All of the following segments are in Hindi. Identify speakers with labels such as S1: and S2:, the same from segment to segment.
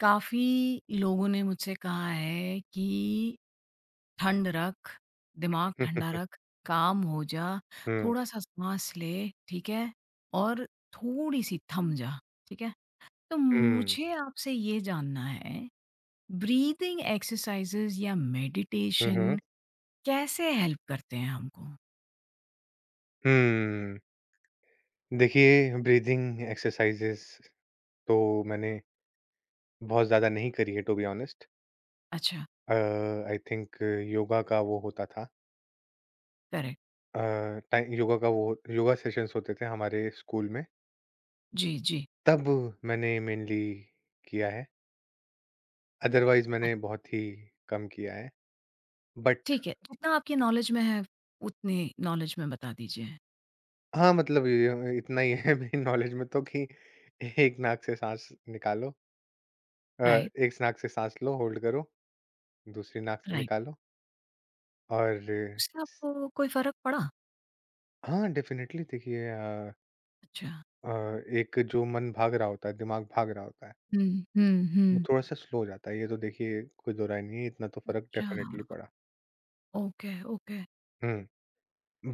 S1: काफ़ी लोगों ने मुझसे कहा है कि ठंड रख, दिमाग ठंडा
S2: हुँ,
S1: रख, काम हो जा,
S2: हुँ,
S1: थोड़ा-सा साँस ले, ठीक है? और थोड़ी-सी थम जा, ठीक है? तो मुझे आपसे ये जानना है, ब्रीथिंग एक्सरसाइज़ेज़ या
S2: हुँ, हुँ,
S1: मेडिटेशन कैसे हेल्प करते हैं हमको?
S2: हुँ, हुँ। देखिए ब्रीथिंग एक्सरसाइज़ेज़ तो मैंने बहुत ज़्यादा नहीं करी है टू बी ऑनेस्ट।
S1: अच्छा,
S2: अ, आई थिंक योगा का वो होता था।
S1: करेक्ट।
S2: अ, टाइ योगा का वो योगा सेशंस होते थे हमारे स्कूल में,
S1: जी, जी।
S2: तब मैंने मेनली किया है। अदरवाइज़
S1: अ,
S2: मैंने बहुत ही कम किया है। बट
S1: ठीक है, जितना आपकी नॉलेज में है, उतनी नॉलेज में बता दीजिए।
S2: हाँ, मतलब य इतना ही है मेरी नॉलेज में तो, कि एक नाक से साँस निकालो, अ,
S1: राइट,
S2: एक नाक से साँस लो, होल्ड करो, दूसरी नाक से
S1: राइट।
S2: निकालो। और
S1: उससे आपको कोई फ़र्क पड़ा?
S2: हाँ, डेफ़िनेटली देखिए।
S1: अच्छा।
S2: अ, एक जो मन भाग रहा होता है, दिमाग भाग रहा होता है,
S1: हुँ, हुँ,
S2: वो
S1: हुँ।
S2: थोड़ा-सा स्लो हो जाता है। ये तो देखिए कोई दो राय नहीं है, इतना तो फ़र्क
S1: अच्छा,
S2: डेफ़िनेटली पड़ा।
S1: Okay, okay.
S2: Hmm,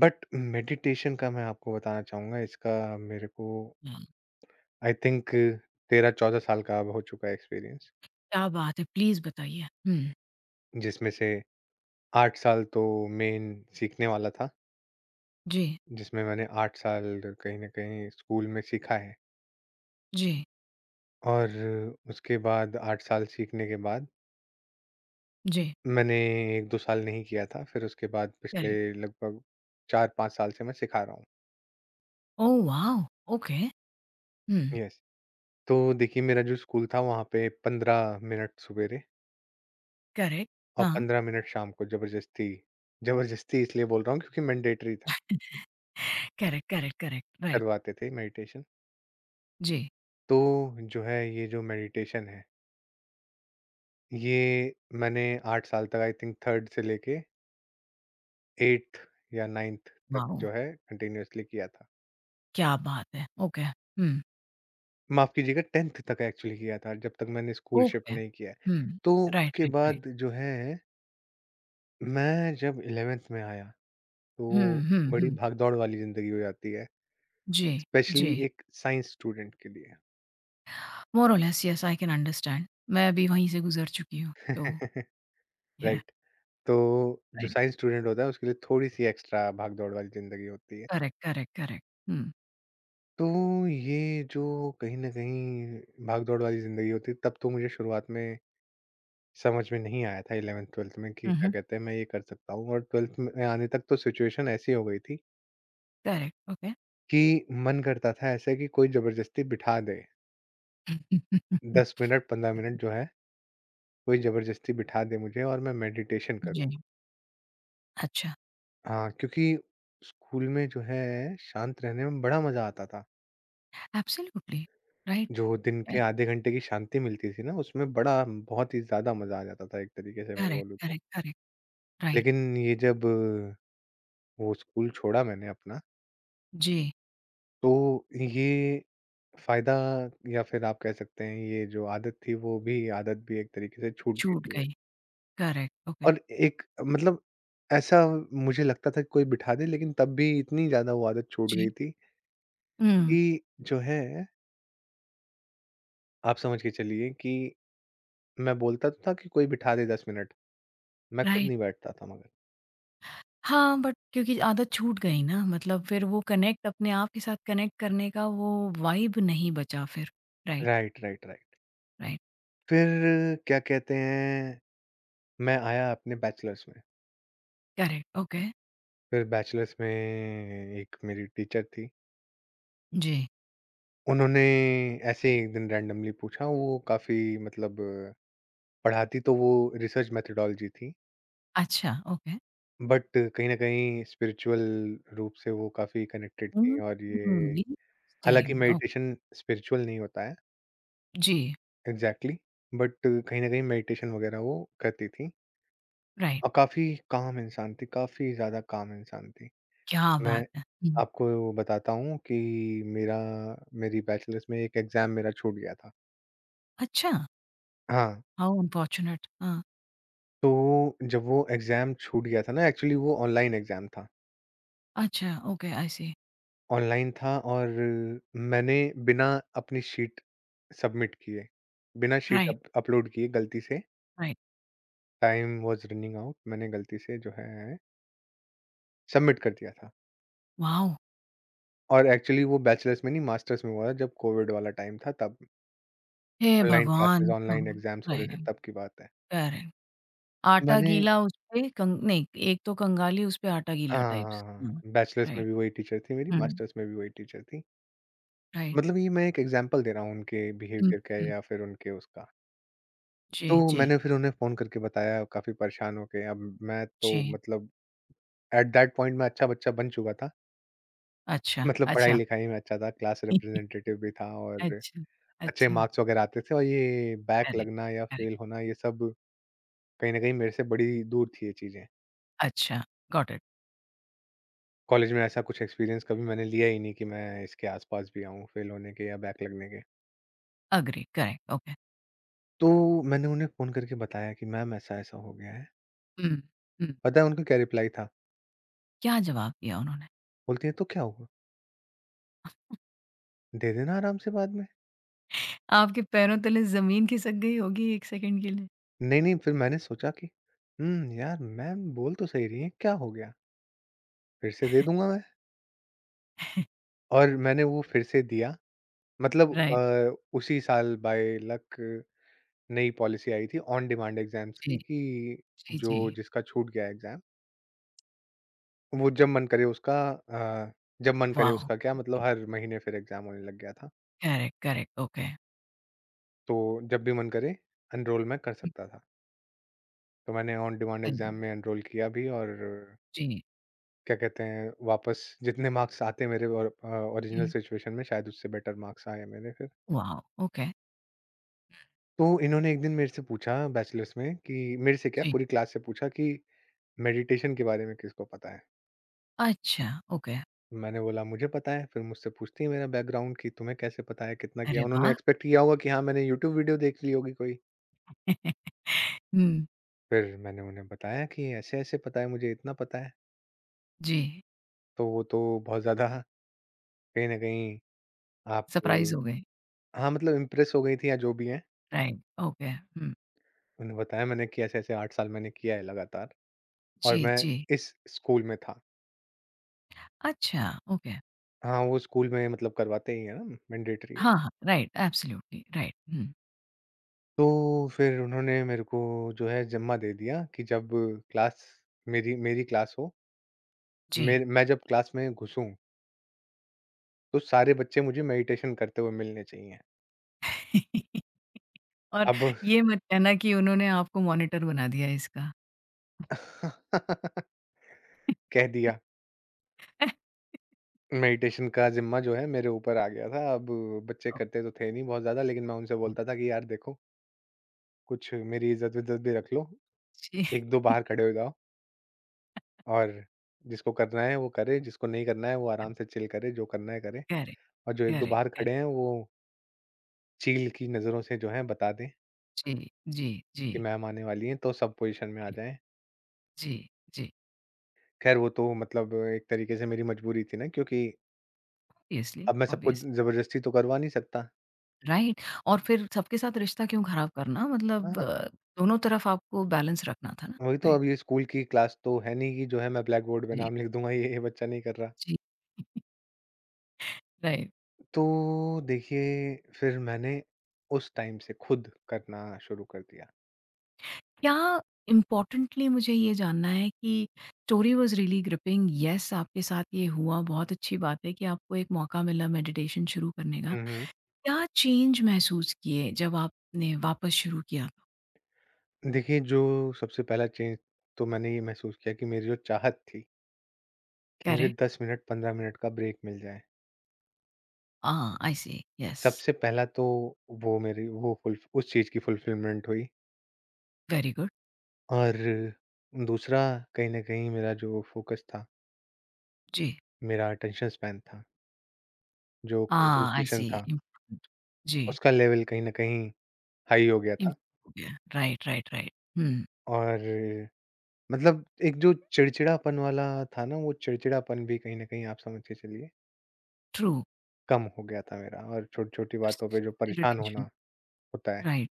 S2: but meditation का मैं आपको बताना चाहूँगा, इसका मेरे को
S1: हुँ।
S2: आई थिंक 13-14 साल का अब हो चुका है एक्सपीरियंस,
S1: क्या बात है! प्लीज़ बताइए। हुँ,
S2: जिसमें से 8 साल तो मेन सीखने वाला था,
S1: जी,
S2: जिसमें मैंने 8 साल कहीं न कहीं स्कूल में सीखा है।
S1: जी,
S2: और उसके बाद 8 साल सीखने के बाद
S1: जी,
S2: मैंने 1-2 साल नहीं किया था, फिर उसके बाद पिछले
S1: करेक्ट।
S2: लगभग 4-5 साल से मैं सिखा रहा हूँ।
S1: Oh wow! Okay. Hmm,
S2: yes. तो देखिए मेरा जो स्कूल था वहाँ पे 15 मिनट सवेरे
S1: करेक्ट।
S2: और
S1: हाँ,
S2: 15 मिनट शाम को ज़बरदस्ती। ज़बरदस्ती इसलिए बोल रहा हूँ क्योंकि मैंडेटरी था,
S1: करेक्ट, करेक्ट, करेक्ट, राइट।
S2: करवाते थे मेडिटेशन।
S1: जी,
S2: तो जो है ये जो मेडिटेशन है, ये मैंने 8 साल तक आई थिंक 3rd से लेके 8th या 9th तक
S1: वाओ!
S2: जो है कंटिन्यूअसली किया था।
S1: क्या बात है! हुँ,
S2: माफ़ कीजिएगा 10th तक एक्चुअली किया था, जब तक मैंने स्कूल शिफ्ट
S1: ओके।
S2: नहीं किया है।
S1: हुँ,
S2: तो
S1: राइट,
S2: उसके
S1: राइट, राइट।
S2: बाद जो है, मैं जब 11th में आया,
S1: हुँ,
S2: तो
S1: हुँ,
S2: बड़ी
S1: हुँ।
S2: भाग-दौड़ वाली ज़िंदगी हो जाती है,
S1: जी, जी।
S2: स्पेशली एक साइंस स्टूडेंट के लिए।
S1: More or less yes I can understand. मैं भी वहीं से गुज़र चुकी हूँ, तो, या
S2: राइट, तो जो
S1: राइट।
S2: साइंस स्टूडेंट होता है, उसके लिए थोड़ी-सी एक्स्ट्रा भाग-दौड़ वाली ज़िंदगी होती है।
S1: Correct, correct, correct. हुँ,
S2: तो ये जो कहीं न कहीं भाग-दौड़ वाली ज़िंदगी होती है, तब तो मुझे शुरुआत में समझ में नहीं आया था 11th-12th में कि
S1: हुँ,
S2: क्या
S1: हुँ,
S2: कहते हैं मैं ये कर सकता हूँ, और 12th में आने तक तो सिचुएशन ऐसी हो गई थी
S1: करेक्ट, ओके।
S2: कि मन करता था ऐसे कि कोई ज़बरदस्ती बिठा दे। 10 मिनट 15 मिनट जो है कोई ज़बरदस्ती बिठा दे मुझे और मैं मेडिटेशन करूँ।
S1: जी, अच्छा,
S2: हाँ, क्योंकि स्कूल में जो है शांत रहने में बड़ा मज़ा आता था।
S1: एब्सोल्युटली, राइट,
S2: जो दिन
S1: अ,
S2: के आधे घंटे की शांति मिलती थी ना उसमें बड़ा बहुत ही ज़्यादा मज़ा आ जाता था, एक तरीके से मैं
S1: करेक्ट,
S2: बोलूँ तो।
S1: करेक्ट, करेक्ट, राइट,
S2: लेकिन ये जब वो स्कूल छोड़ा मैंने अपना,
S1: जी,
S2: तो ये फ़ायदा या फिर आप कह सकते हैं ये जो आदत थी वो भी, आदत भी एक तरीके से छूट गई
S1: छूट
S2: थी।
S1: गई, करेक्ट, ओके,
S2: और एक, मतलब ऐसा मुझे लगता था कि कोई बिठा दे, लेकिन तब भी इतनी ज़्यादा वो आदत छूट गई
S1: जी,
S2: थी
S1: हुँ,
S2: कि जो है आप समझ के चलिए कि मैं बोलता तो था कि कोई बिठा दे 10 मिनट, मैं खुद
S1: राइट,
S2: नहीं बैठता था मगर।
S1: हाँ, बट क्योंकि आदत छूट गई ना, मतलब फिर वो कनेक्ट अपने आप के साथ कनेक्ट करने का वो वाइब नहीं बचा फिर, right,
S2: right, right, right.
S1: Right,
S2: फिर क्या कहते हैं मैं आया अपने बैचलर्स में,
S1: करेक्ट, ओके,
S2: फिर बैचलर्स में एक मेरी टीचर थी।
S1: जी,
S2: उन्होंने ऐसे ही एक दिन रैंडमली पूछा, वो काफ़ी मतलब पढ़ाती तो वो रिसर्च मेथोडोलॉजी थी,
S1: अच्छा, ओके,
S2: बट कहीं न कहीं स्पिरिचुअल रूप से वो काफ़ी कनेक्टेड थी,
S1: हुँ,
S2: और
S1: हुँ,
S2: ये, हालाँकि
S1: इंटरेस्टिंग, ओ
S2: मेडिटेशन स्पिरिचुअल नहीं होता है
S1: जी,
S2: एग्ज़ैक्टली, बट कहीं न कहीं मेडिटेशन वग़ैरह वो करती थी,
S1: राइट,
S2: और काफ़ी काम इंसान थी, काफ़ी ज़्यादा काम इंसान थी।
S1: क्या
S2: मैं
S1: बात है! हुँ,
S2: आपको बताता हूँ कि मेरा मेरी बैचलर्स में एक एग्ज़ाम मेरा छूट गया था।
S1: अच्छा,
S2: हाँ।
S1: हाउ अनफॉर्च्यूनेट, हाँ,
S2: तो जब वो एग्ज़ाम छूट गया था ना, एक्चुअली वो ऑनलाइन एग्ज़ाम था।
S1: अच्छा, ओके, आई सी।
S2: ऑनलाइन था और मैंने बिना अपनी शीट सबमिट किए, बिना शीट
S1: राइट,
S2: अप अपलोड किए गलती से,
S1: right.
S2: Time was running out मैंने गलती से जो है सबमिट कर दिया था।
S1: वॉव!
S2: और एक्चुअली वो बैचलर्स में नहीं मास्टर्स में हुआ था, जब कोविड वाला टाइम था तब।
S1: हे
S2: ऑनलाइन क्लासेस,
S1: भगवान!
S2: ऑनलाइन
S1: हम
S2: एग्ज़ाम्स हो रहे थे
S1: राइट,
S2: तब की बात है।
S1: करेक्ट। आटा
S2: मैंने,
S1: गीला उस पे कंग नहीं, एक तो कंगाली, उस पे आटा
S2: हाँ,
S1: गीला
S2: हाँ,
S1: टाइप्स।
S2: हाँ।
S1: हुँ,
S2: हाँ, बैचलर्स में
S1: राइट,
S2: भी वही टीचर थी मेरी,
S1: हुँ,
S2: मास्टर्स में भी वही टीचर थी।
S1: राइट।
S2: मतलब ये मैं एक एग्ज़ाम्पल दे रहा हूँ उनके
S1: हुँ,
S2: बिहेवियर का
S1: हुँ।
S2: या फिर उनके उसका। तो
S1: जी, जी,
S2: मैंने फिर उन्हें फ़ोन करके बताया काफ़ी परेशान होके, अब मैं तो
S1: जी।
S2: मतलब एट दैट पॉइंट मैं अच्छा बच्चा बन चुका था।
S1: अच्छा,
S2: मतलब
S1: अच्छा।
S2: पढ़ाई-लिखाई में अच्छा था, क्लास रिप्रेजेंटेटिव भी था, और
S1: अच्छा,
S2: अच्छे
S1: अच्छा।
S2: मार्क्स वगैरह आते थे, और ये बैक
S1: करेक्ट,
S2: लगना या
S1: करेक्ट।
S2: फेल होना ये सब कहीं न कहीं मेरे से बड़ी दूर थी ये चीज़ें।
S1: अच्छा, गॉट इट।
S2: कॉलेज में ऐसा कुछ एक्सपीरियंस कभी मैंने लिया ही नहीं कि मैं इसके आस-पास भी आऊँ, फेल होने के या बैक लगने के।
S1: Agree, correct, okay.
S2: तो मैंने उन्हें फ़ोन करके बताया कि मैम ऐसा-ऐसा हो गया है।
S1: हुँ, हुँ।
S2: पता है उनका क्या रिप्लाई था?
S1: क्या जवाब दिया उन्होंने?
S2: बोलती है, "तो क्या हुआ? दे देना आराम से बाद में।"
S1: आपके पैरों तले ज़मीन खिसक गई होगी 1 सेकंड के लिए।
S2: नहीं, नहीं, फिर मैंने सोचा कि हुँ, यार मैम बोल तो सही रही हैं, क्या हो गया? फिर से दे दूँगा मैं, और मैंने वो फिर से दिया। मतलब
S1: राइट,
S2: उसी साल बाय लक नई पॉलिसी आई थी ऑन डिमांड एग्ज़ाम्स
S1: जी,
S2: की, कि
S1: जी,
S2: जो
S1: जी।
S2: जिसका छूट गया एग्ज़ाम, वो जब मन करे उसका, जब मन करे
S1: वॉव!
S2: उसका क्या, मतलब
S1: ओके।
S2: हर महीने फिर एग्ज़ाम होने लग गया था।
S1: Correct, correct, okay.
S2: तो जब भी मन करे एनरोल मैं कर
S1: हुँ,
S2: सकता था। तो मैंने on demand
S1: thank you.
S2: Exam में एनरोल किया भी, और
S1: जी।
S2: क्या कहते हैं, वापस जितने मार्क्स आते मेरे और ओरिजिनल
S1: हुँ,
S2: सिचुएशन में, शायद उससे बेटर मार्क्स आए मेरे फिर।
S1: वॉव! ओके,
S2: तो इन्होंने एक दिन मेरे से पूछा बैचलर्स में कि मेरे से क्या
S1: जी।
S2: पूरी क्लास से पूछा कि मेडिटेशन के बारे में किसको पता है?
S1: अच्छा, ओके।
S2: मैंने बोला मुझे पता है, फिर मुझसे पूछती है मेरा बैकग्राउंड कि तुम्हें कैसे पता है, कितना किया?
S1: अरे
S2: उन्होंने
S1: वाह!
S2: एक्सपेक्ट किया होगा कि हाँ, मैंने यूट्यूब वीडियो देख ली होगी कोई।
S1: हुँ,
S2: फिर मैंने उन्हें बताया कि ऐसे-ऐसे पता है मुझे, इतना पता है।
S1: जी,
S2: तो वो तो बहुत ज़्यादा कहीं न कहीं आप,
S1: सरप्राइज़ हो गए।
S2: हाँ, मतलब इम्प्रेस हो गई थी या जो भी हैं।
S1: Right, okay, hmm.
S2: मैंने बताया मैंने कि ऐसे-ऐसे 8 साल मैंने किया है लगातार, और
S1: जी,
S2: मैं
S1: जी।
S2: इस स्कूल में था।
S1: अच्छा, ओके।
S2: हाँ, वो स्कूल में मतलब करवाते ही हैं ना, मैंडेटरी है।
S1: हाँ, हाँ, राइट, एब्सोल्युटली, राइट, हुँ,
S2: तो फिर उन्होंने मेरे को जो है ज़िम्मा दे दिया कि जब क्लास, मेरी मेरी क्लास हो,
S1: जी।
S2: मेर मैं जब क्लास में घुसूँ, तो सारे बच्चे मुझे मेडिटेशन करते हुए मिलने चाहिए।
S1: और
S2: अब
S1: ये मत कहना कि उन्होंने आपको मॉनिटर बना दिया इसका।
S2: कह दिया। मेडिटेशन का ज़िम्मा जो है मेरे ऊपर आ गया था। अब बच्चे करते तो थे नहीं बहुत ज़्यादा, लेकिन मैं उनसे
S1: ओके,
S2: बोलता था कि यार देखो, कुछ मेरी इज़्ज़त-विज़्ज़त भी रख लो।
S1: जी,
S2: 1-2 बाहर खड़े हो जाओ, और जिसको करना है वो करे, जिसको नहीं करना है वो आराम से चिल करे, जो करना है करे।
S1: करेक्ट,
S2: और जो 1-2
S1: करेक्ट,
S2: बाहर खड़े
S1: करेक्ट।
S2: हैं वो चील की नज़रों से जो है बता दें
S1: जी, जी, जी,
S2: कि मैम आने वाली हैं, तो सब पोज़ीशन में आ जाएँ।
S1: जी, जी,
S2: ख़ैर वो तो मतलब एक तरीके से मेरी मजबूरी थी ना, क्योंकि
S1: ऑब्वियसली,
S2: अब मैं सबको
S1: ऑब्वियस
S2: ज़बरदस्ती तो करवा नहीं सकता।
S1: राइट और फिर सबके साथ रिश्ता क्यों खराब करना मतलब
S2: हाँ।
S1: दोनों तरफ आपको बैलेंस रखना था ना
S2: वही तो,
S1: राइट
S2: अब ये स्कूल की क्लास तो है नहीं कि जो है मैं ब्लैक बोर्ड पे
S1: जी
S2: नाम लिख दूँगा ये बच्चा नहीं कर रहा।
S1: जी राइट
S2: तो देखिए फिर मैंने उस टाइम से खुद करना शुरू कर दिया।
S1: क्या इम्पोर्टेंटली मुझे ये जानना है कि story was really gripping yes आपके साथ ये हुआ बहुत अच्छी बात है कि आपको एक मौका मिला मेडिटेशन शुरू करने का
S2: हुँ, हुँ।
S1: क्या चेंज महसूस किए जब आपने वापस शुरू किया
S2: देखिए, जो सबसे पहला चेंज तो मैंने ये महसूस किया कि मेरी जो चाहत थी कि मुझे
S1: करे
S2: 10 मिनट, 15 मिनट का ब्रेक मिल जाए।
S1: हाँ आई सी यस
S2: सबसे पहला तो वो मेरी वो फुल, उस चीज़ की फुलफ़िलमेंट हुई।
S1: वेरी गुड
S2: और दूसरा कहीं न कहीं मेरा जो फ़ोकस था,
S1: जी
S2: मेरा अटेंशन स्पैन था, जो
S1: हाँ आई
S2: कंसंट्रेशन
S1: सी
S2: था,
S1: इम्पोर्टेंट जी
S2: उसका लेवल कहीं न कहीं हाई हो गया था।
S1: इम्प्रूव हो गया राइट राइट राइट हम्म।
S2: और मतलब एक जो चिड़चिड़ापन वाला था ना, वो चिड़चिड़ापन भी कहीं न कहीं आप समझ के चलिए
S1: ट्रू.
S2: कम हो गया था मेरा, और छोटी-छोटी बातों पे
S1: Persistent
S2: जो परेशान होना
S1: irritation.
S2: होता है,
S1: Right,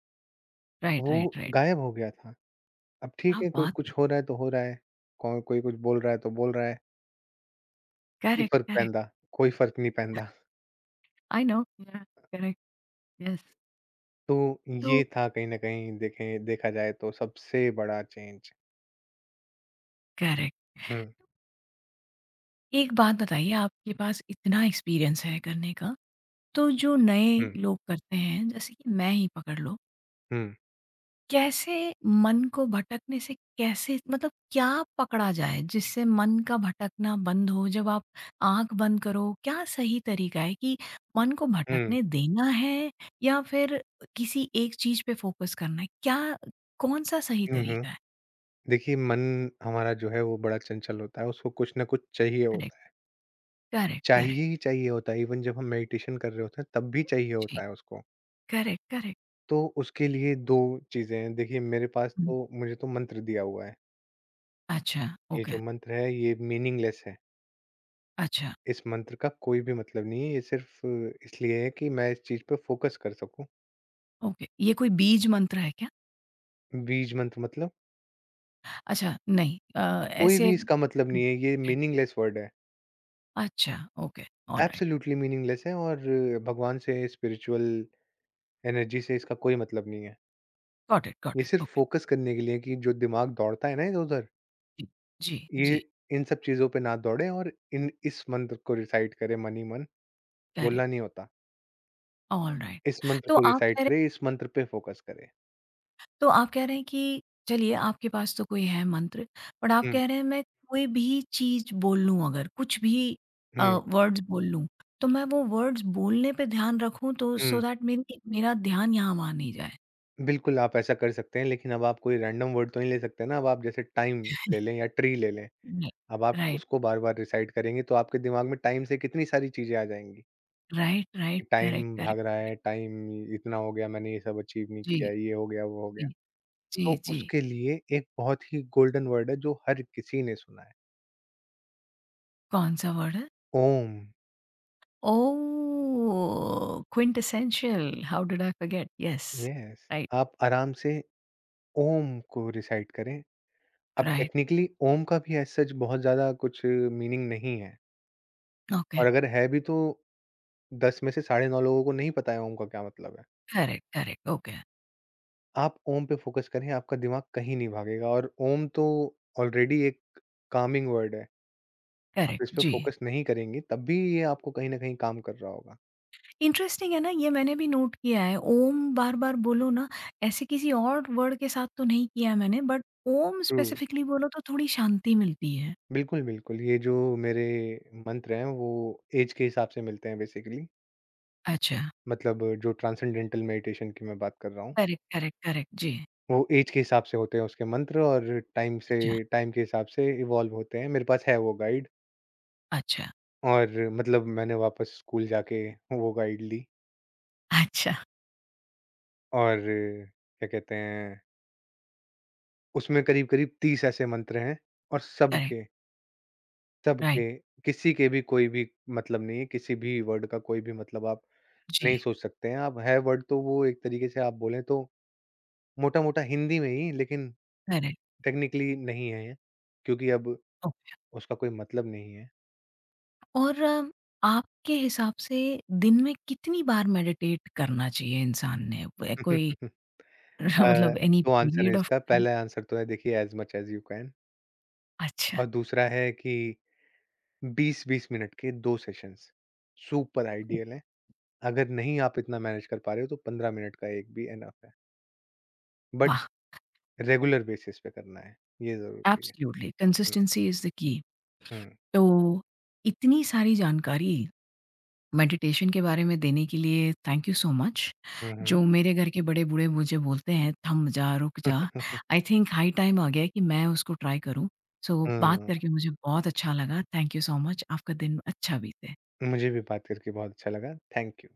S1: right,
S2: वो
S1: right, right.
S2: गायब हो गया था। अब
S1: क्या
S2: ठीक है, कोई
S1: बात
S2: कुछ
S1: है!
S2: हो रहा है तो हो रहा है, कौन, कोई कुछ बोल रहा है तो बोल रहा है, की
S1: करेक्ट,
S2: फ़र्क
S1: करेक्ट.
S2: पैंदा? कोई फ़र्क नहीं पैंदा।
S1: I know. Yeah correct. Yes.
S2: तो ये
S1: तो
S2: था कहीं न कहीं, देखें, देखा जाए तो सबसे बड़ा चेंज।
S1: करेक्ट.
S2: हुँ,
S1: एक बात बताइए आपके पास इतना एक्सपीरियंस है करने का, तो जो नए
S2: हुँ,
S1: लोग करते हैं, जैसे कि मैं ही पकड़ लो
S2: हुँ,
S1: कैसे मन को भटकने से कैसे मतलब क्या पकड़ा जाए जिससे मन का भटकना बंद हो जब आप आंख बंद करो क्या सही तरीका है कि मन को
S2: हुँ,
S1: भटकने देना है या फिर किसी एक चीज पे फोकस करना है क्या कौन सा सही
S2: हुँ, हुँ।
S1: तरीका है
S2: देखिए मन हमारा जो है वो बड़ा चंचल होता है, उसको कुछ न कुछ चाहिए होता
S1: करेक्ट
S2: है।
S1: करेक्ट
S2: चाहिए
S1: करेक्ट
S2: ही चाहिए होता है, इवन जब हम मेडिटेशन कर रहे होते हैं तब भी चाहिए
S1: जी
S2: होता है उसको।
S1: करेक्ट करेक्ट
S2: तो उसके लिए 2 चीज़ें हैं, देखिए मेरे पास तो, मुझे तो मंत्र दिया हुआ है।
S1: अच्छा
S2: ये
S1: ओके
S2: जो मंत्र है ये मीनिंगलेस है।
S1: अच्छा
S2: इस मंत्र का कोई भी मतलब नहीं है। ये सिर्फ़ इसलिए है कि मैं इस चीज़ पे फ़ोकस कर सकूँ।
S1: ओके ये कोई बीज मंत्र है क्या
S2: बीज मंत्र मतलब,
S1: अच्छा नहीं
S2: कोई भी
S1: ऐसे
S2: इसका मतलब नहीं है। ये मीनिंगलेस वर्ड है।
S1: अच्छा okay all right
S2: absolutely meaningless है, और भगवान से, स्पिरिचुअल एनर्जी से इसका कोई मतलब नहीं है।
S1: गॉट
S2: ये
S1: इट
S2: सिर्फ़
S1: ओके।
S2: फ़ोकस करने के लिए कि जो दिमाग दौड़ता है ना इधर-उधर,
S1: जी, जी,
S2: ये
S1: जी,
S2: इन सब चीज़ों पे ना दौड़े और इन इस मंत्र को रिसाइट करे मन ही मन।
S1: कह रहे
S2: बोलना नहीं होता।
S1: ऑलराइट।
S2: इस मंत्र
S1: तो
S2: को
S1: आप
S2: रिसाइट
S1: कह रहे
S2: करे, इस मंत्र पे फ़ोकस करे।
S1: तो आप कह रहे हैं कि चलिए आपके पास तो कोई है मंत्र, बट आप
S2: हुँ,
S1: कह रहे हैं मैं कोई भी चीज़ बोल लूँ अगर, कुछ भी
S2: हुँ,
S1: वर्ड्स बोल लूँ, तो मैं वो वर्ड्स बोलने पे ध्यान रखूँ तो
S2: हुँ।
S1: सो दैट मेरी मेरा ध्यान यहाँ वहाँ नहीं जाए।
S2: बिल्कुल, आप ऐसा कर सकते हैं, लेकिन अब आप कोई रैंडम वर्ड तो नहीं ले सकते ना, अब आप जैसे टाइम ले लें या ट्री ले लें,
S1: नहीं,
S2: अब आप
S1: राइट,
S2: उसको बार-बार रिसाइट करेंगे, तो आपके दिमाग में टाइम से कितनी सारी चीज़ें आ जाएँगी,
S1: राइट,
S2: कि
S1: राइट, करेक्ट,
S2: टाइम भाग
S1: करेक्ट,
S2: रहा है,
S1: करेक्ट।
S2: टाइम इतना हो गया, मैंने ये सब अचीव नहीं
S1: जी,
S2: किया, ये हो गया, वो हो
S1: जी,
S2: गया।
S1: जी,
S2: तो
S1: जी।
S2: उसके लिए एक बहुत ही गोल्डन वर्ड है, जो हर किसी ने सुना है,
S1: कौन-सा वर्ड है?
S2: Um.
S1: Oh! Quintessential, how did I forget? Yes,
S2: yes,
S1: right,
S2: आप आराम से ओम को रिसाइट करें। अब
S1: राइट,
S2: टेक्निकली ओम का भी एज़ सच बहुत ज़्यादा कुछ मीनिंग नहीं है,
S1: ओके।
S2: और अगर है भी तो 10 में से साढ़े 9 लोगों को नहीं पता है ओम का क्या मतलब है।
S1: करेक्ट, करेक्ट, ओके,
S2: आप ओम पे फ़ोकस करें, आपका दिमाग कहीं नहीं भागेगा, और ओम तो ऑलरेडी एक कामिंग वर्ड है। आप
S1: करेक्ट,
S2: इस पे
S1: जी।
S2: फ़ोकस नहीं करेंगी, तब भी ये आपको कहीं न कहीं काम कर रहा होगा।
S1: इंटरेस्टिंग है ना, ये मैंने भी नोट किया है, ओम बार-बार बोलो ना, ऐसे किसी और वर्ड के साथ तो नहीं किया है मैंने, बट ओम
S2: ट्रू।
S1: स्पेसिफिकली बोलो तो थोड़ी शांति मिलती है।
S2: बिल्कुल, बिल्कुल, ये जो मेरे मंत्र हैं, वो ऐज के हिसाब से मिलते हैं बेसिकली।
S1: अच्छा,
S2: मतलब जो ट्रांसेंडेंटल मेडिटेशन की मैं बात कर रहा हूँ,
S1: करेक्ट, करेक्ट, करेक्ट, जी।
S2: वो ऐज के हिसाब से होते हैं उसके मंत्र, और टाइम से,
S1: अच्छा,
S2: टाइम के हिसाब से इवॉल्व होते हैं। मेरे पास है वो गाइड।
S1: अच्छा,
S2: और मतलब मैंने वापस स्कूल जाके वो गाइड ली,
S1: अच्छा,
S2: और क्या कहते हैं उसमें करीब-करीब 30 ऐसे मंत्र हैं, और
S1: करेक्ट,
S2: सबके सबके
S1: राइट,
S2: किसी के भी कोई भी मतलब नहीं है, किसी भी वर्ड का कोई भी मतलब आप
S1: जी,
S2: नहीं सोच सकते हैं। आप, है वर्ड तो वो एक तरीके से आप बोलें तो मोटा-मोटा हिंदी में ही, लेकिन
S1: करेक्ट,
S2: टेक्निकली नहीं है, क्योंकि अब
S1: ओके।
S2: उसका कोई मतलब नहीं है।
S1: और आपके हिसाब से दिन में कितनी बार मेडिटेट करना चाहिए इंसान ने? व कोई
S2: अ,
S1: मतलब एनी
S2: 2 आंसर है
S1: पीरियड ऑफ
S2: इसका,
S1: टाइम?
S2: पहला आंसर तो है देखिए as much as you can,
S1: अच्छा,
S2: और दूसरा है कि 20-20 मिनट के 2 सेशंस सुपर आइडियल है। अगर नहीं आप इतना मैनेज कर पा रहे हो तो 15 मिनट का एक भी इनफ है। बट
S1: वाह!
S2: रेगुलर बेसिस पे करना है, ये ज़रूरी है।
S1: Absolutely,
S2: hmm,
S1: consistency is the key.
S2: हुँ,
S1: तो इतनी सारी जानकारी मेडिटेशन के बारे में देने के लिए थैंक यू सो मच।
S2: हुँ, हुँ।
S1: जो मेरे घर के बड़े-बूढ़े मुझे बोलते हैं, "थम जा, रुक जा।" आई थिंक हाई टाइम आ गया है कि मैं उसको ट्राई करूँ। बात
S2: हुँ,
S1: करके मुझे बहुत अच्छा लगा। Thank you so much. आपका दिन अच्छा बीते।
S2: मुझे भी बात करके बहुत अच्छा लगा। Thank you.